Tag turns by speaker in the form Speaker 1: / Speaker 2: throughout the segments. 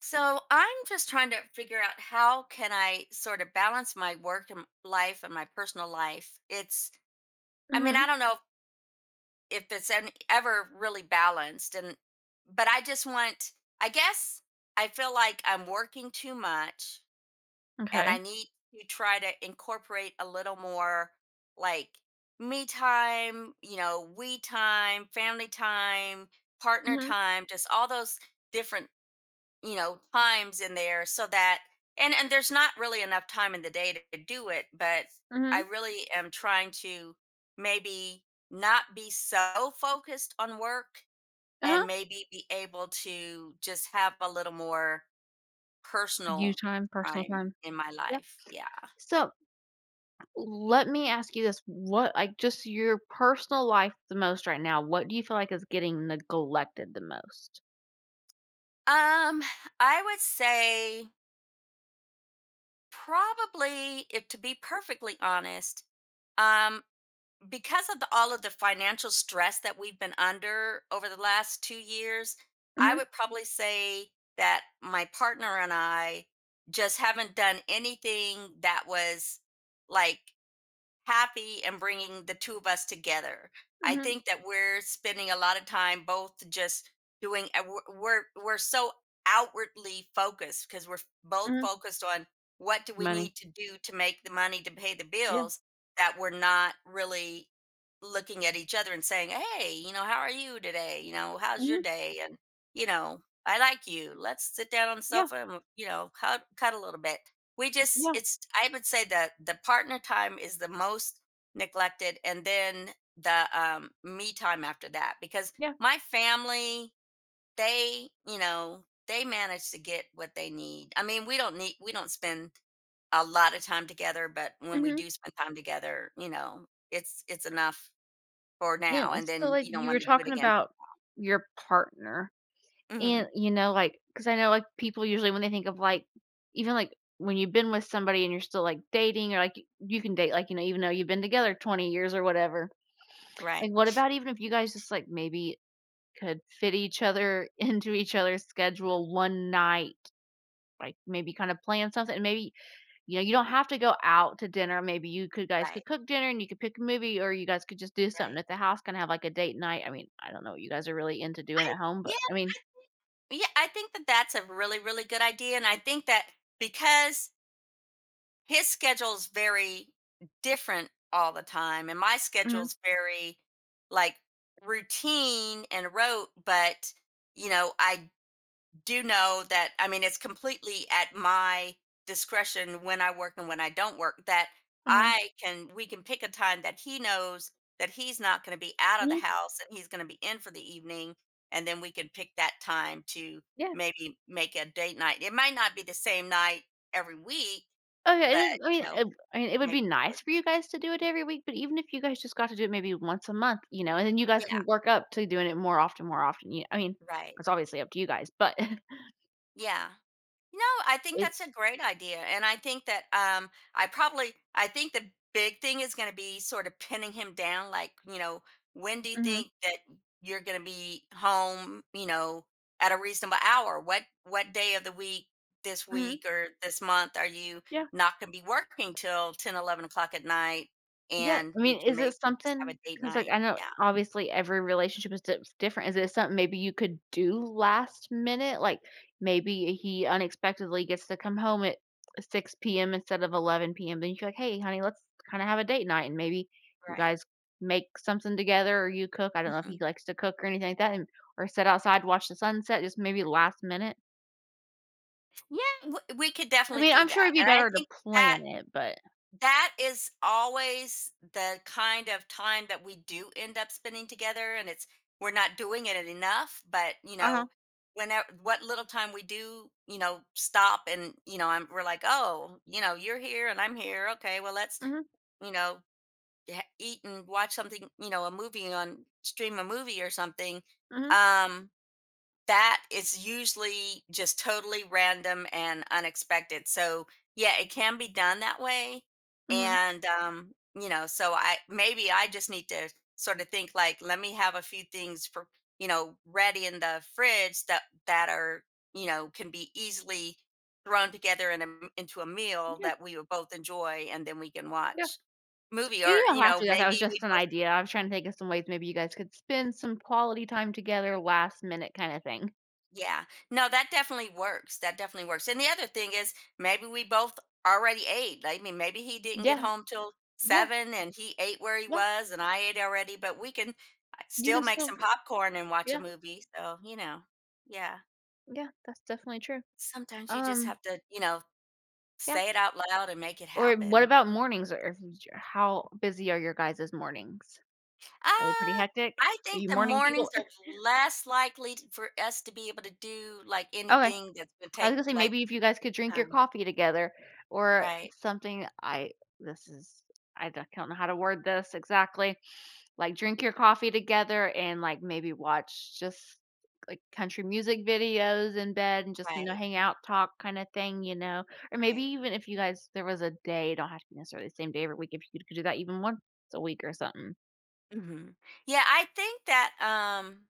Speaker 1: So I'm just trying to figure out how can I sort of balance my work and life and my personal life. It's I mean, I
Speaker 2: Mhm.
Speaker 1: don't know if it's ever really balanced, and but I just want I guess I feel like I'm working too much, and
Speaker 2: Okay.
Speaker 1: I need to try to incorporate a little more, like, me time, we time, family time, partner
Speaker 2: Mhm.
Speaker 1: time, just all those different, times in there, so that and there's not really enough time in the day to do it. But I
Speaker 2: Mhm.
Speaker 1: really am trying to maybe not be so focused on work,
Speaker 2: Uh-huh.
Speaker 1: and maybe be able to just have a little more
Speaker 2: You
Speaker 1: personal
Speaker 2: time, personal
Speaker 1: time
Speaker 2: time.
Speaker 1: in my
Speaker 2: Yeah.
Speaker 1: life. Yeah.
Speaker 2: So let me ask you this. What, like, just your personal life the most right now, what do you feel like is getting neglected the most?
Speaker 1: Um, I would say, probably, if to be perfectly honest, um because of all of the financial stress that we've been under over the last 2 years, I
Speaker 2: Mhm.
Speaker 1: would probably say that my partner and I just haven't done anything that was, like, happy and bringing the two of us together. I
Speaker 2: Mhm.
Speaker 1: think that we're spending a lot of time, both, just doing we're so outwardly focused, because we're both
Speaker 2: Mhm.
Speaker 1: focused on what do we
Speaker 2: Money.
Speaker 1: need to do to make the money to pay the
Speaker 2: Yeah.
Speaker 1: bills, that we're not really looking at each other and saying, "Hey, you know, how are you today? You know, how's your
Speaker 2: Mhm.
Speaker 1: day?" And, you know, "I like you. Let's sit down on the
Speaker 2: Yeah.
Speaker 1: sofa and, cuddle a little bit." we just
Speaker 2: Yeah.
Speaker 1: it's I would say that the partner time is the most neglected, and then the me time after that, because
Speaker 2: Yeah.
Speaker 1: my family, they you know they manage to get what they need. I mean, we don't need, we don't spend a lot of time together, but when we
Speaker 2: Mhm.
Speaker 1: do spend time together, it's enough for now,
Speaker 2: And
Speaker 1: and
Speaker 2: so,
Speaker 1: then
Speaker 2: like,
Speaker 1: you don't
Speaker 2: you were
Speaker 1: want to do it
Speaker 2: talking
Speaker 1: again.
Speaker 2: about your partner. And,
Speaker 1: Hmm.
Speaker 2: you know, like, cause I know, like, people usually when they think of, like even, like, when you've been with somebody and you're still, like, dating or, like, y you can date, like, you know, even though you've been together 20 years or whatever.
Speaker 1: Right,
Speaker 2: Like, what about even if you guys just, like, maybe could fit each other into each other's schedule one night? Like, maybe kinda plan something, maybe, you know, you don't have to go out to dinner, maybe you could guys could
Speaker 1: right,
Speaker 2: cook dinner and you could pick a movie or you guys could just do something
Speaker 1: right.
Speaker 2: at the house, kinda have, like, a date night. I mean, I don't know what you guys are really into doing
Speaker 1: I
Speaker 2: at home, but
Speaker 1: Yeah,
Speaker 2: I mean.
Speaker 1: yeah. I think that that's a really, really good idea, and I think that, because his schedule's very different all the time, and my
Speaker 2: Mhm,
Speaker 1: schedule's very, like, routine and rote, but, you know, I do know that, I mean, it's completely at my discretion when I work and when I don't work, that
Speaker 2: mhm,
Speaker 1: I can we can pick a time that he knows that he's not going to be out of the
Speaker 2: mhm,
Speaker 1: house and he's going to be in for the evening, and then we can pick that time to
Speaker 2: yeah.
Speaker 1: maybe make a date night. It might not be the same night every week,
Speaker 2: Okay,
Speaker 1: but,
Speaker 2: it is
Speaker 1: you know,
Speaker 2: I mean, it would
Speaker 1: maybe
Speaker 2: be
Speaker 1: do it.
Speaker 2: nice for you guys to do it every week, but even if you guys just got to do it maybe once a month, you know, and then you guys
Speaker 1: Yeah,
Speaker 2: can work up to doing it more often, more often. You I mean,
Speaker 1: right.
Speaker 2: it's obviously up to you guys, but
Speaker 1: Yeah. No, I think
Speaker 2: it.
Speaker 1: that's a great idea. And I think that, I think the big thing is going to be sort of pinning him down, like, when do you
Speaker 2: Mhm,
Speaker 1: think that you're going to be home, you know, at a reasonable hour? What day of the week this
Speaker 2: mhm,
Speaker 1: week or this month are you
Speaker 2: yeah.
Speaker 1: not going to be working till 10 or 11 o'clock at night?
Speaker 2: Yeah,
Speaker 1: And
Speaker 2: I
Speaker 1: we
Speaker 2: mean,
Speaker 1: can
Speaker 2: is it
Speaker 1: maybe just have
Speaker 2: something?
Speaker 1: a date
Speaker 2: Because like,
Speaker 1: night.
Speaker 2: I know
Speaker 1: Yeah,
Speaker 2: obviously every relationship is di different. Is it something maybe you could do last minute? Like, maybe he unexpectedly gets to come home at 6 PM instead of 11 PM, then you're like, "Hey, honey, let's kinda have a date night," and maybe you
Speaker 1: right.
Speaker 2: guys make something together or you cook. I don't know if
Speaker 1: Hmm.
Speaker 2: he likes to cook or anything like that and or sit outside, watch the sunset, just maybe last minute.
Speaker 1: Yeah, we could
Speaker 2: I
Speaker 1: definitely
Speaker 2: mean,
Speaker 1: do
Speaker 2: I'm sure
Speaker 1: that.
Speaker 2: it'd be
Speaker 1: And I
Speaker 2: better to
Speaker 1: think that
Speaker 2: plan it, but.
Speaker 1: that is always the kind of time that we do end up spending together, and it's we're not doing it enough. But,
Speaker 2: Uh-huh.
Speaker 1: whenever what little time we do, stop, and, I'm we're like, oh, you're here and I'm here. Okay, well, let's,
Speaker 2: Mhm,
Speaker 1: you know eat and watch something, a movie on stream a movie or something.
Speaker 2: mhm,
Speaker 1: Um, that is usually just totally random and unexpected. So, yeah, it can be done that way.
Speaker 2: mhm.
Speaker 1: And, so I maybe I just need to sort of think, like, let me have a few things ready in the fridge that, are, can be easily thrown together in into a meal
Speaker 2: Yeah,
Speaker 1: that we would both enjoy, and then we can
Speaker 2: yeah.
Speaker 1: watch movie,
Speaker 2: You
Speaker 1: or,
Speaker 2: don't have to do that, that
Speaker 1: maybe
Speaker 2: was just
Speaker 1: we
Speaker 2: an idea, I was trying to think of some ways maybe you guys could spend some quality time together, last minute kinda thing.
Speaker 1: Yeah. No, that definitely works. That definitely works. And the other thing is, maybe we both already ate. I mean, maybe he didn't get
Speaker 2: Yeah,
Speaker 1: home till
Speaker 2: yeah,
Speaker 1: 7, and he ate where he
Speaker 2: yeah,
Speaker 1: was and I ate already, but we can,
Speaker 2: you
Speaker 1: still
Speaker 2: can
Speaker 1: make
Speaker 2: still
Speaker 1: some popcorn and watch a
Speaker 2: yeah,
Speaker 1: movie. So, yeah.
Speaker 2: yeah, that's definitely true.
Speaker 1: Sometimes you just
Speaker 2: Um,
Speaker 1: have to,
Speaker 2: yeah,
Speaker 1: say it out loud and make it
Speaker 2: or what
Speaker 1: happen.
Speaker 2: about mornings or if you how busy are your guys' mornings? Are they pretty
Speaker 1: Uh,
Speaker 2: hectic?
Speaker 1: I
Speaker 2: Are
Speaker 1: think
Speaker 2: you
Speaker 1: the
Speaker 2: morning people?
Speaker 1: mornings are less likely for us to be able to do, like,
Speaker 2: Okay,
Speaker 1: anything that's going to
Speaker 2: I was
Speaker 1: take,
Speaker 2: gonna say
Speaker 1: like,
Speaker 2: maybe if you guys could drink your
Speaker 1: time.
Speaker 2: coffee together or
Speaker 1: Right,
Speaker 2: something I this is I don't know how to word this exactly. Like, drink your coffee together and, like, maybe watch just, like, country music videos in bed and just, you know,
Speaker 1: right,
Speaker 2: hang out, talk kinda thing, you know? Or maybe
Speaker 1: right.
Speaker 2: even if you guys there was a day, it don't have to be necessarily the same day every week, if you could do that even once a week or something.
Speaker 1: Hmm. Yeah, I think that,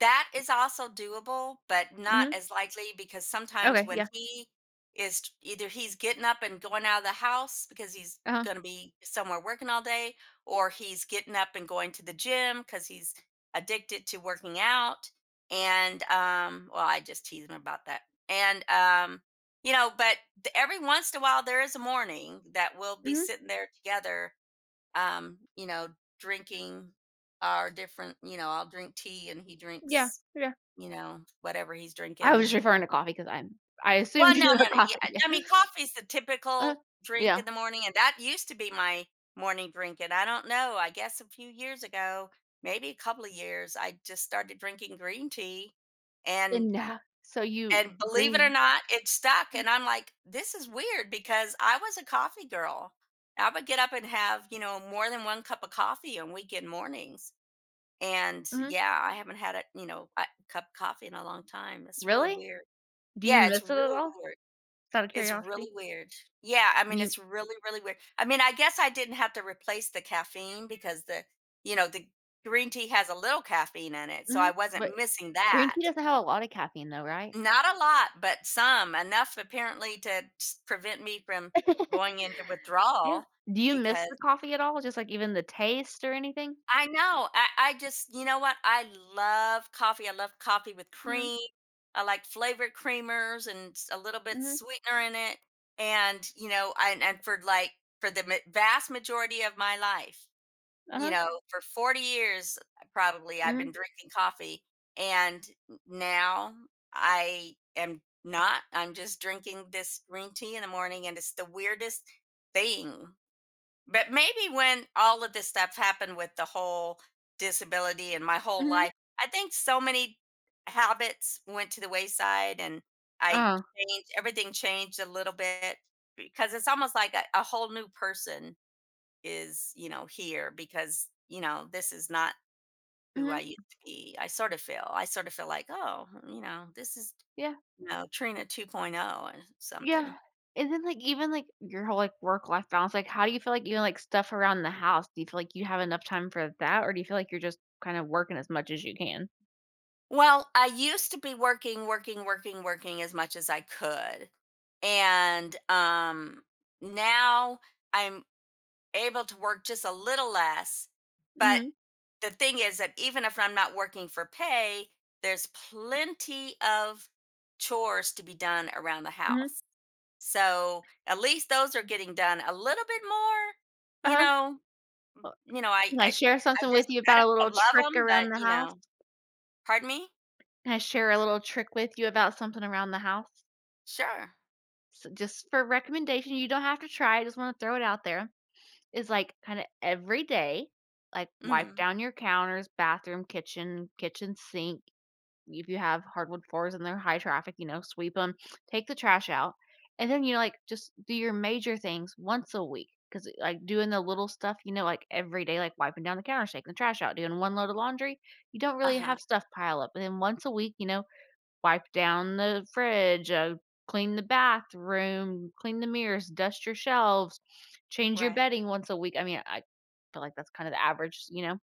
Speaker 1: that is also doable, but not
Speaker 2: Mhm.
Speaker 1: as likely, because sometimes
Speaker 2: Okay,
Speaker 1: when
Speaker 2: yeah.
Speaker 1: he either he's getting up and going out of the house because he's
Speaker 2: Uh-huh.
Speaker 1: going to be somewhere working all day, or he's getting up and going to the gym because he's addicted to working out. And, well, I just tease him about that. And, but every once in a while there is a morning that we'll be
Speaker 2: Mhm.
Speaker 1: sitting there together, um, you know, drinking our different, I'll drink tea and he
Speaker 2: Yeah,
Speaker 1: drinks,
Speaker 2: yeah.
Speaker 1: whatever he's
Speaker 2: I was
Speaker 1: drinking.
Speaker 2: referring to coffee because 'cause I'm I assumed
Speaker 1: Well, no,
Speaker 2: you
Speaker 1: no,
Speaker 2: meant
Speaker 1: no. Yeah.
Speaker 2: coffee, yeah.
Speaker 1: I mean, coffee's the
Speaker 2: uh
Speaker 1: typical drink
Speaker 2: Yeah.
Speaker 1: in the morning. And that used to be my morning drink. And I don't know, I guess a few years ago, maybe a couple of years, I just started drinking green tea. And
Speaker 2: And now so you
Speaker 1: and believe it or
Speaker 2: green
Speaker 1: not, it stuck, and I'm like, "This is weird," because I was a coffee girl. I would get up and have, more than one cup of coffee on weekend mornings, and
Speaker 2: mhm.
Speaker 1: yeah, I haven't had a cup of coffee in a long time. It's really
Speaker 2: Really?
Speaker 1: weird.
Speaker 2: Do you
Speaker 1: Yeah, it's
Speaker 2: miss it at
Speaker 1: really
Speaker 2: all?
Speaker 1: weird.
Speaker 2: Just out of
Speaker 1: It's
Speaker 2: curiosity?
Speaker 1: really weird. Yeah, I mean,
Speaker 2: You
Speaker 1: it's really, really weird. I mean, I guess I didn't have to replace the caffeine because the green tea has a little caffeine in it, so I
Speaker 2: mhm. But
Speaker 1: wasn't missing
Speaker 2: green
Speaker 1: that.
Speaker 2: tea doesn't have a lot of caffeine though, right?
Speaker 1: Not a lot, but some, enough apparently to s prevent me from going into
Speaker 2: Yeah.
Speaker 1: withdrawal,
Speaker 2: Do you miss
Speaker 1: because
Speaker 2: the coffee at all? Just, like, even the taste or anything?
Speaker 1: I know, I just you know what? I love coffee. I love coffee with
Speaker 2: Mhm,
Speaker 1: cream. I like flavored creamers and s a little bit
Speaker 2: mhm,
Speaker 1: sweetener in it, and, you know, and for, like, for the ma vast majority of my life, you
Speaker 2: uh-huh,
Speaker 1: know, for 40 years, probably, I've
Speaker 2: mhm,
Speaker 1: been drinking coffee, and n now I am not. I'm just drinking this green tea in the morning, and it's the weirdest thing. But maybe when all of this stuff happened with the whole disability and my whole
Speaker 2: mhm,
Speaker 1: life, I think so many habits went to the wayside, and I
Speaker 2: uh-huh,
Speaker 1: changed everything changed a little bit, because it's almost like a whole new person is, you know, here, because, you know, this is not who I
Speaker 2: mhm,
Speaker 1: used to be. I sort of feel like, oh, this is,
Speaker 2: yeah,
Speaker 1: Trina 2.0 or something.
Speaker 2: yeah. And then, like, even, like, your whole, like, work-life balance, like, how do you feel like even, like, stuff around the house? Do you feel like you have enough time for that, or do you feel like you're just kind of working as much as you can?
Speaker 1: Well, I used to be working, working, working, working as much as I could. And, now I'm able to work just a little less, but
Speaker 2: Mhm,
Speaker 1: the thing is that even if I'm not working for pay, there's plenty of chores to be done around the
Speaker 2: mhm,
Speaker 1: house. So at least those are getting done a little bit more, you
Speaker 2: uh-huh.
Speaker 1: know.
Speaker 2: Well,
Speaker 1: You know, I
Speaker 2: can I
Speaker 1: I
Speaker 2: share
Speaker 1: I
Speaker 2: something with
Speaker 1: just
Speaker 2: you
Speaker 1: I
Speaker 2: about a little
Speaker 1: don't love
Speaker 2: trick
Speaker 1: them,
Speaker 2: around
Speaker 1: but,
Speaker 2: the house?
Speaker 1: pardon me.
Speaker 2: Can I share a little trick with you about something around the house?
Speaker 1: Sure.
Speaker 2: So just for recommendation, you don't have to try, I just wanna throw it out there, is, like, kinda every day, like, wipe
Speaker 1: Hmm.
Speaker 2: down your counters, bathroom, kitchen, kitchen sink. If you have hardwood floors and they're high traffic, you know, sweep them. Take the trash out, and then you, know, like, just do your major things once a week. Because like, doing the little stuff, you know, like, every day, like wiping down the counters, taking the trash out, doing 1 load of laundry, you don't
Speaker 1: Uh
Speaker 2: really
Speaker 1: huh.
Speaker 2: have stuff pile up. And then once a week, you know, wipe down the fridge, clean the bathroom, clean the mirrors, dust your shelves, change your
Speaker 1: Right.
Speaker 2: bedding once a week. I mean, I feel like that's kind of the average, you know.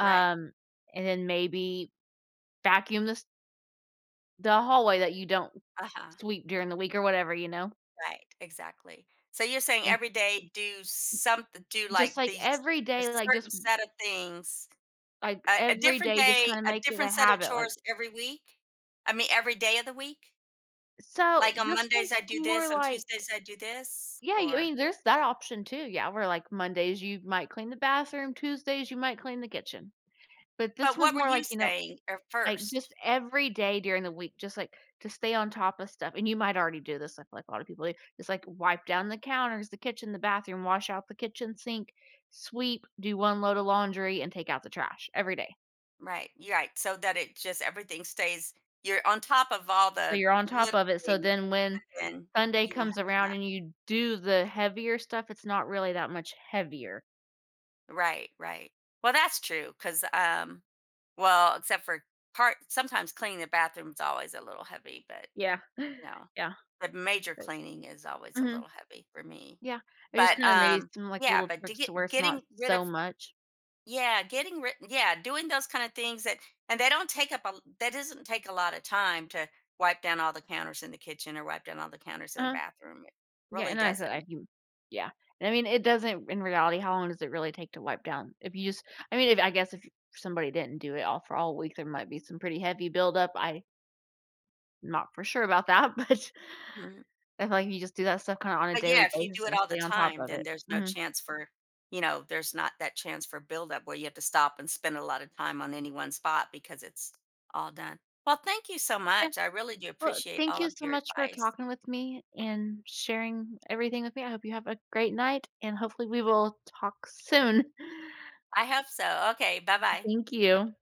Speaker 1: Right.
Speaker 2: and then maybe vacuum this the hallway that you don't
Speaker 1: Uh huh.
Speaker 2: sweep during the week or whatever, you know.
Speaker 1: Right. Exactly. So you're saying,
Speaker 2: And
Speaker 1: every day do something, do,
Speaker 2: just
Speaker 1: like,
Speaker 2: like
Speaker 1: these
Speaker 2: every
Speaker 1: a
Speaker 2: day, like just
Speaker 1: certain set of things,
Speaker 2: like
Speaker 1: a
Speaker 2: every
Speaker 1: different
Speaker 2: day, just kind
Speaker 1: day,
Speaker 2: of
Speaker 1: a
Speaker 2: make it a
Speaker 1: different set of
Speaker 2: habit. Like
Speaker 1: chores every week. I mean, every day of the week.
Speaker 2: so,
Speaker 1: Like on
Speaker 2: this
Speaker 1: Mondays
Speaker 2: one's
Speaker 1: I do
Speaker 2: more
Speaker 1: this, on
Speaker 2: like.
Speaker 1: Tuesdays I do this,
Speaker 2: Yeah, you I
Speaker 1: or
Speaker 2: mean, there's that option too, yeah, where, like, Mondays you might clean the bathroom, Tuesdays you might clean the kitchen. But this
Speaker 1: But
Speaker 2: one's
Speaker 1: what were
Speaker 2: more
Speaker 1: you
Speaker 2: like, you know,
Speaker 1: saying at
Speaker 2: like,
Speaker 1: first?
Speaker 2: just every day during the week, just, like, to stay on top of stuff, and you might already do this, like a lot of people do, just, like, wipe down the counters, the kitchen, the bathroom, wash out the kitchen sink, sweep, do 1 load of laundry, and take out the trash every day.
Speaker 1: Right, you're right, so that it just everything stays, you're on top of all
Speaker 2: So
Speaker 1: the
Speaker 2: you're on top
Speaker 1: little
Speaker 2: of it, so
Speaker 1: things,
Speaker 2: then when
Speaker 1: and
Speaker 2: Sunday
Speaker 1: you don't
Speaker 2: comes
Speaker 1: have as
Speaker 2: around
Speaker 1: much.
Speaker 2: and you do the heavier stuff, it's not really that much heavier.
Speaker 1: Right, right. Well, that's true, 'cause, well, except for part, sometimes cleaning the bathroom's always a little heavy, but,
Speaker 2: Yeah.
Speaker 1: you know,
Speaker 2: Yeah.
Speaker 1: the major cleaning is always a
Speaker 2: Mhm.
Speaker 1: little heavy for me.
Speaker 2: Yeah. Or just
Speaker 1: But,
Speaker 2: kinda maybe some, like,
Speaker 1: yeah,
Speaker 2: little
Speaker 1: but to
Speaker 2: tricks to where
Speaker 1: get
Speaker 2: it's not
Speaker 1: getting rid of...
Speaker 2: so much.
Speaker 1: Yeah, getting written. Yeah, doing those kind of things that, and they don't take up that doesn't take a lot of time to wipe down all the counters in the kitchen, or wipe down all the counters in the
Speaker 2: Uh-huh.
Speaker 1: bathroom. It
Speaker 2: Yeah,
Speaker 1: really
Speaker 2: and I said I
Speaker 1: doesn't.
Speaker 2: do yeah. And I mean, it doesn't in reality, how long does it really take to wipe down? If you just I mean, if I guess if somebody didn't do it all for all week, there might be some pretty heavy buildup. I'm not for sure about that, but
Speaker 1: Mhm.
Speaker 2: I feel like if you just do that stuff kinda on a
Speaker 1: But yeah,
Speaker 2: daily
Speaker 1: if you do
Speaker 2: basis
Speaker 1: it
Speaker 2: and
Speaker 1: all the
Speaker 2: stay on top
Speaker 1: time,
Speaker 2: of
Speaker 1: then
Speaker 2: it.
Speaker 1: there's no
Speaker 2: Mhm.
Speaker 1: chance for, there's not that chance for buildup where you have to stop and spend a lot of time on any one spot, because it's all done. Well, thank you so
Speaker 2: Yeah.
Speaker 1: much. I really do
Speaker 2: Well,
Speaker 1: appreciate
Speaker 2: thank
Speaker 1: all
Speaker 2: you
Speaker 1: of
Speaker 2: so
Speaker 1: your
Speaker 2: much for
Speaker 1: advice.
Speaker 2: talking with me and sharing everything with me. I hope you have a great night, and hopefully we will talk soon.
Speaker 1: I hope so. Okay. Bye bye.
Speaker 2: Thank you.